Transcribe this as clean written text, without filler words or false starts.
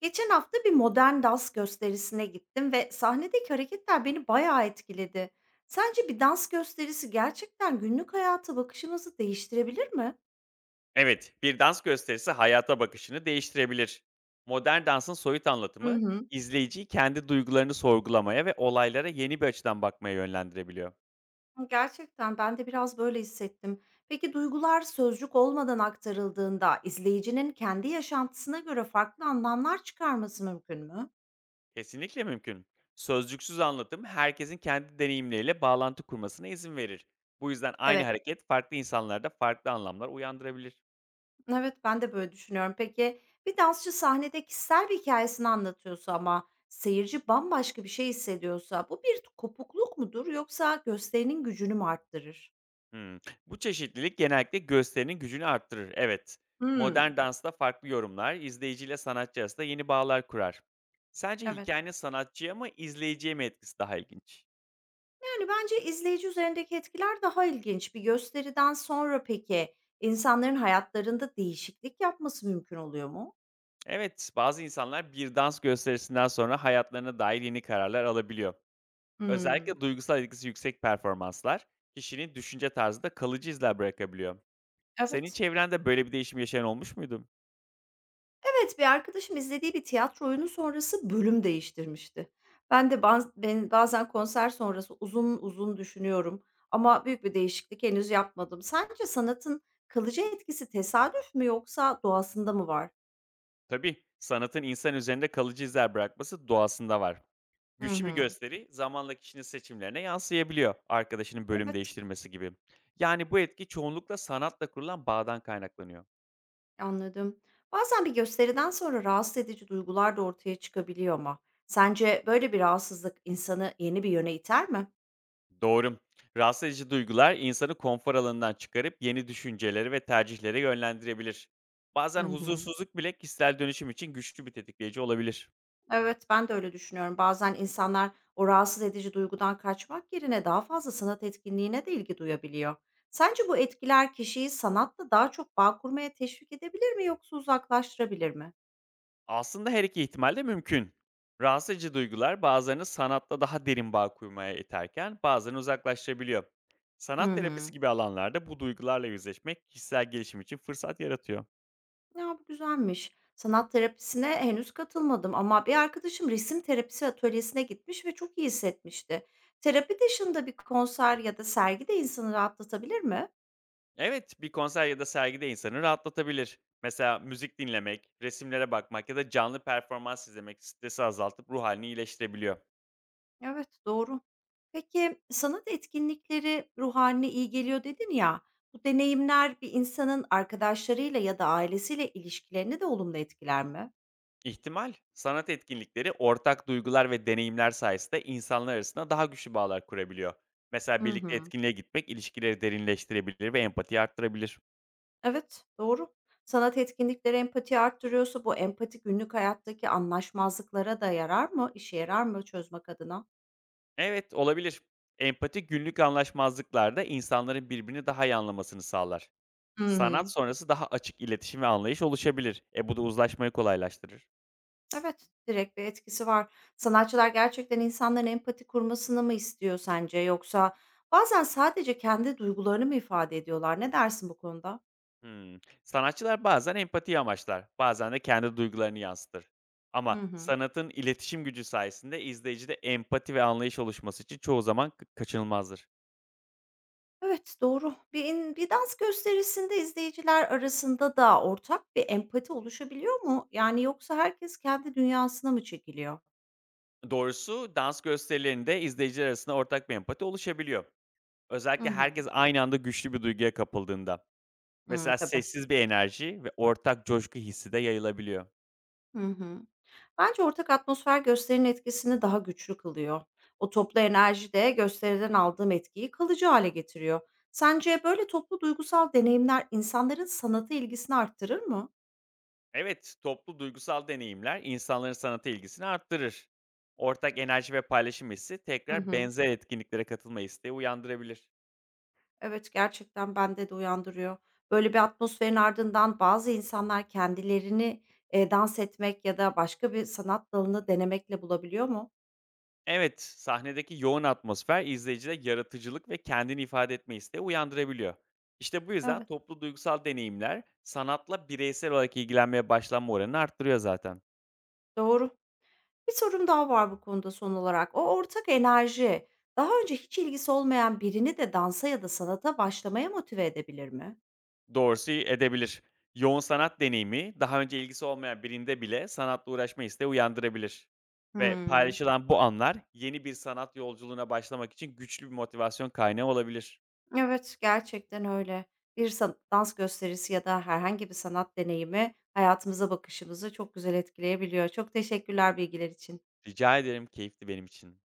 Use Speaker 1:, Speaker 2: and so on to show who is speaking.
Speaker 1: Geçen hafta bir modern dans gösterisine gittim ve sahnedeki hareketler beni bayağı etkiledi. Sence bir dans gösterisi gerçekten günlük hayata bakışımızı değiştirebilir mi?
Speaker 2: Evet, bir dans gösterisi hayata bakışını değiştirebilir. Modern dansın soyut
Speaker 1: Hı
Speaker 2: anlatımı,
Speaker 1: hı.
Speaker 2: izleyiciyi kendi duygularını sorgulamaya ve olaylara yeni bir açıdan bakmaya yönlendirebiliyor.
Speaker 1: Gerçekten ben de biraz böyle hissettim. Peki, duygular sözcük olmadan aktarıldığında izleyicinin kendi yaşantısına göre farklı anlamlar çıkarması mümkün mü?
Speaker 2: Kesinlikle mümkün. Sözcüksüz anlatım herkesin kendi deneyimleriyle bağlantı kurmasına izin verir. Bu yüzden aynı
Speaker 1: Evet.
Speaker 2: hareket farklı insanlarda farklı anlamlar uyandırabilir.
Speaker 1: Evet, ben de böyle düşünüyorum. Peki, bir dansçı sahnede kişisel bir hikâyesini anlatıyorsa ama seyirci bambaşka bir şey hissediyorsa bu bir kopukluk mudur yoksa gösterinin gücünü mü arttırır?
Speaker 2: Hımm. Bu çeşitlilik genellikle gösterinin gücünü arttırır, evet.
Speaker 1: Hımm,
Speaker 2: Modern dansta farklı yorumlar, izleyiciyle sanatçı arasında yeni bağlar kurar. Sence
Speaker 1: evet.
Speaker 2: hikâyenin sanatçıya mı, izleyiciye mi etkisi daha ilginç?
Speaker 1: Yani, bence izleyici üzerindeki etkiler daha ilginç. Bir gösteriden sonra peki insanların hayatlarında değişiklik yapması mümkün oluyor mu?
Speaker 2: Evet, bazı insanlar bir dans gösterisinden sonra hayatlarına dair yeni kararlar alabiliyor.
Speaker 1: Hımm,
Speaker 2: Özellikle duygusal etkisi yüksek performanslar, kişinin düşünce tarzında kalıcı izler bırakabiliyor. Senin
Speaker 1: evet.
Speaker 2: çevrende böyle bir değişim yaşayan olmuş muydu?
Speaker 1: Evet, bir arkadaşım izlediği bir tiyatro oyunu sonrası bölüm değiştirmişti. Ben de ben bazen konser sonrası uzun uzun düşünüyorum ama büyük bir değişiklik henüz yapmadım. Sence sanatın kalıcı etkisi tesadüf mü yoksa doğasında mı var?
Speaker 2: Tabii, sanatın insan üzerinde kalıcı izler bırakması doğasında var.
Speaker 1: Hı
Speaker 2: Güçlü bir
Speaker 1: hı.
Speaker 2: gösteri zamanla kişinin seçimlerine yansıyabiliyor, arkadaşının bölüm
Speaker 1: Evet,
Speaker 2: değiştirmesi gibi. Yani bu etki çoğunlukla sanatla kurulan bağdan kaynaklanıyor.
Speaker 1: anladım. Bazen bir gösteriden sonra rahatsız edici duygular da ortaya çıkabiliyor ama sence böyle bir rahatsızlık insanı yeni bir yöne iter mi?
Speaker 2: Doğru. Rahatsız edici duygular insanı konfor alanından çıkarıp yeni düşünceleri ve tercihlere yönlendirebilir. Bazen
Speaker 1: Hı hı.
Speaker 2: huzursuzluk bile kişisel dönüşüm için güçlü bir tetikleyici olabilir.
Speaker 1: Evet, ben de öyle düşünüyorum. Bazen insanlar o rahatsız edici duygudan kaçmak yerine daha fazla sanat etkinliğine de ilgi duyabiliyor. Sence bu etkiler kişiyi sanatla daha çok bağ kurmaya teşvik edebilir mi yoksa uzaklaştırabilir mi?
Speaker 2: Aslında her iki ihtimal de mümkün. Rahatsız edici duygular bazılarını sanatla daha derin bağ kurmaya iterken bazılarını uzaklaştırabiliyor.
Speaker 1: Hı
Speaker 2: Sanat terapisi
Speaker 1: hı.
Speaker 2: gibi alanlarda bu duygularla yüzleşmek kişisel gelişim için fırsat yaratıyor.
Speaker 1: Ya, bu güzelmiş. Sanat terapisine henüz katılmadım ama bir arkadaşım resim terapisi atölyesine gitmiş ve çok iyi hissetmişti. Terapi dışında bir konser ya da sergi de insanı rahatlatabilir mi?
Speaker 2: Evet, bir konser ya da sergide insanı rahatlatabilir. Mesela müzik dinlemek, resimlere bakmak ya da canlı performans izlemek stresi azaltıp ruh halini iyileştirebiliyor.
Speaker 1: Evet, doğru. Peki, sanat etkinlikleri ruh hâline iyi geliyor dedin ya, bu deneyimler bir insanın arkadaşlarıyla ya da ailesiyle ilişkilerini de olumlu etkiler mi?
Speaker 2: İhtimal. Sanat etkinlikleri ortak duygular ve deneyimler sayesinde insanlar arasında daha güçlü bağlar kurabiliyor. Mesela
Speaker 1: Hı
Speaker 2: birlikte
Speaker 1: hı.
Speaker 2: etkinliğe gitmek ilişkileri derinleştirebilir ve empatiyi arttırabilir.
Speaker 1: Evet, doğru. Sanat etkinlikleri empati arttırıyorsa bu empati günlük hayattaki anlaşmazlıklara da yarar mı? İşe yarar mı çözmek adına?
Speaker 2: Evet, olabilir. Empati günlük anlaşmazlıklarda insanların birbirini daha iyi anlamasını sağlar.
Speaker 1: Hı
Speaker 2: Sanat
Speaker 1: hı.
Speaker 2: sonrası daha açık iletişim ve anlayış oluşabilir. E bu da uzlaşmayı kolaylaştırır.
Speaker 1: Evet, direkt bir etkisi var. Sanatçılar gerçekten insanların empati kurmasını mı istiyor sence yoksa bazen sadece kendi duygularını mı ifade ediyorlar? Ne dersin bu konuda?
Speaker 2: Hımm. Sanatçılar bazen empatiyi amaçlar, bazen de kendi duygularını yansıtır. Ama
Speaker 1: Hı hı.
Speaker 2: sanatın iletişim gücü sayesinde izleyicide empati ve anlayış oluşması için çoğu zaman kaçınılmazdır.
Speaker 1: Evet, doğru. Bir dans gösterisinde izleyiciler arasında da ortak bir empati oluşabiliyor mu? Yani, yoksa herkes kendi dünyasına mı çekiliyor?
Speaker 2: Doğrusu dans gösterilerinde izleyiciler arasında ortak bir empati oluşabiliyor.
Speaker 1: Hı
Speaker 2: Özellikle
Speaker 1: hı.
Speaker 2: herkes aynı anda güçlü bir duyguya kapıldığında.
Speaker 1: Hımm,
Speaker 2: Mesela
Speaker 1: tabii.
Speaker 2: sessiz bir enerji ve ortak coşku hissi de yayılabiliyor.
Speaker 1: Hı hı. Bence ortak atmosfer gösterinin etkisini daha güçlü kılıyor. O toplu enerji de gösteriden aldığım etkiyi kalıcı hale getiriyor. Sence böyle toplu duygusal deneyimler insanların sanata ilgisini arttırır mı?
Speaker 2: Evet, toplu duygusal deneyimler insanların sanata ilgisini arttırır. Ortak enerji ve paylaşım hissi
Speaker 1: Hı
Speaker 2: tekrar
Speaker 1: hı.
Speaker 2: benzer etkinliklere katılma isteği uyandırabilir.
Speaker 1: Evet, gerçekten bende de uyandırıyor. Böyle bir atmosferin ardından bazı insanlar kendilerini, dans etmek ya da başka bir sanat dalını denemekle bulabiliyor mu?
Speaker 2: Evet, sahnedeki yoğun atmosfer izleyicide yaratıcılık ve kendini ifade etme isteği uyandırabiliyor. İşte bu yüzden
Speaker 1: Evet,
Speaker 2: toplu duygusal deneyimler sanatla bireysel olarak ilgilenmeye başlanma oranını arttırıyor zaten.
Speaker 1: doğru. Bir sorum daha var bu konuda son olarak. O ortak enerji, daha önce hiç ilgisi olmayan birini de dansa ya da sanata başlamaya motive edebilir mi?
Speaker 2: Dorsey edebilir. Yoğun sanat deneyimi, daha önce ilgisi olmayan birinde bile sanatla uğraşma isteği uyandırabilir. Ve
Speaker 1: Hımm.
Speaker 2: paylaşılan bu anlar yeni bir sanat yolculuğuna başlamak için güçlü bir motivasyon kaynağı olabilir.
Speaker 1: Evet, gerçekten öyle. Bir san dans gösterisi ya da herhangi bir sanat deneyimi hayatımıza bakışımızı çok güzel etkileyebiliyor. Çok teşekkürler bilgiler için.
Speaker 2: Rica ederim, keyifli benim için.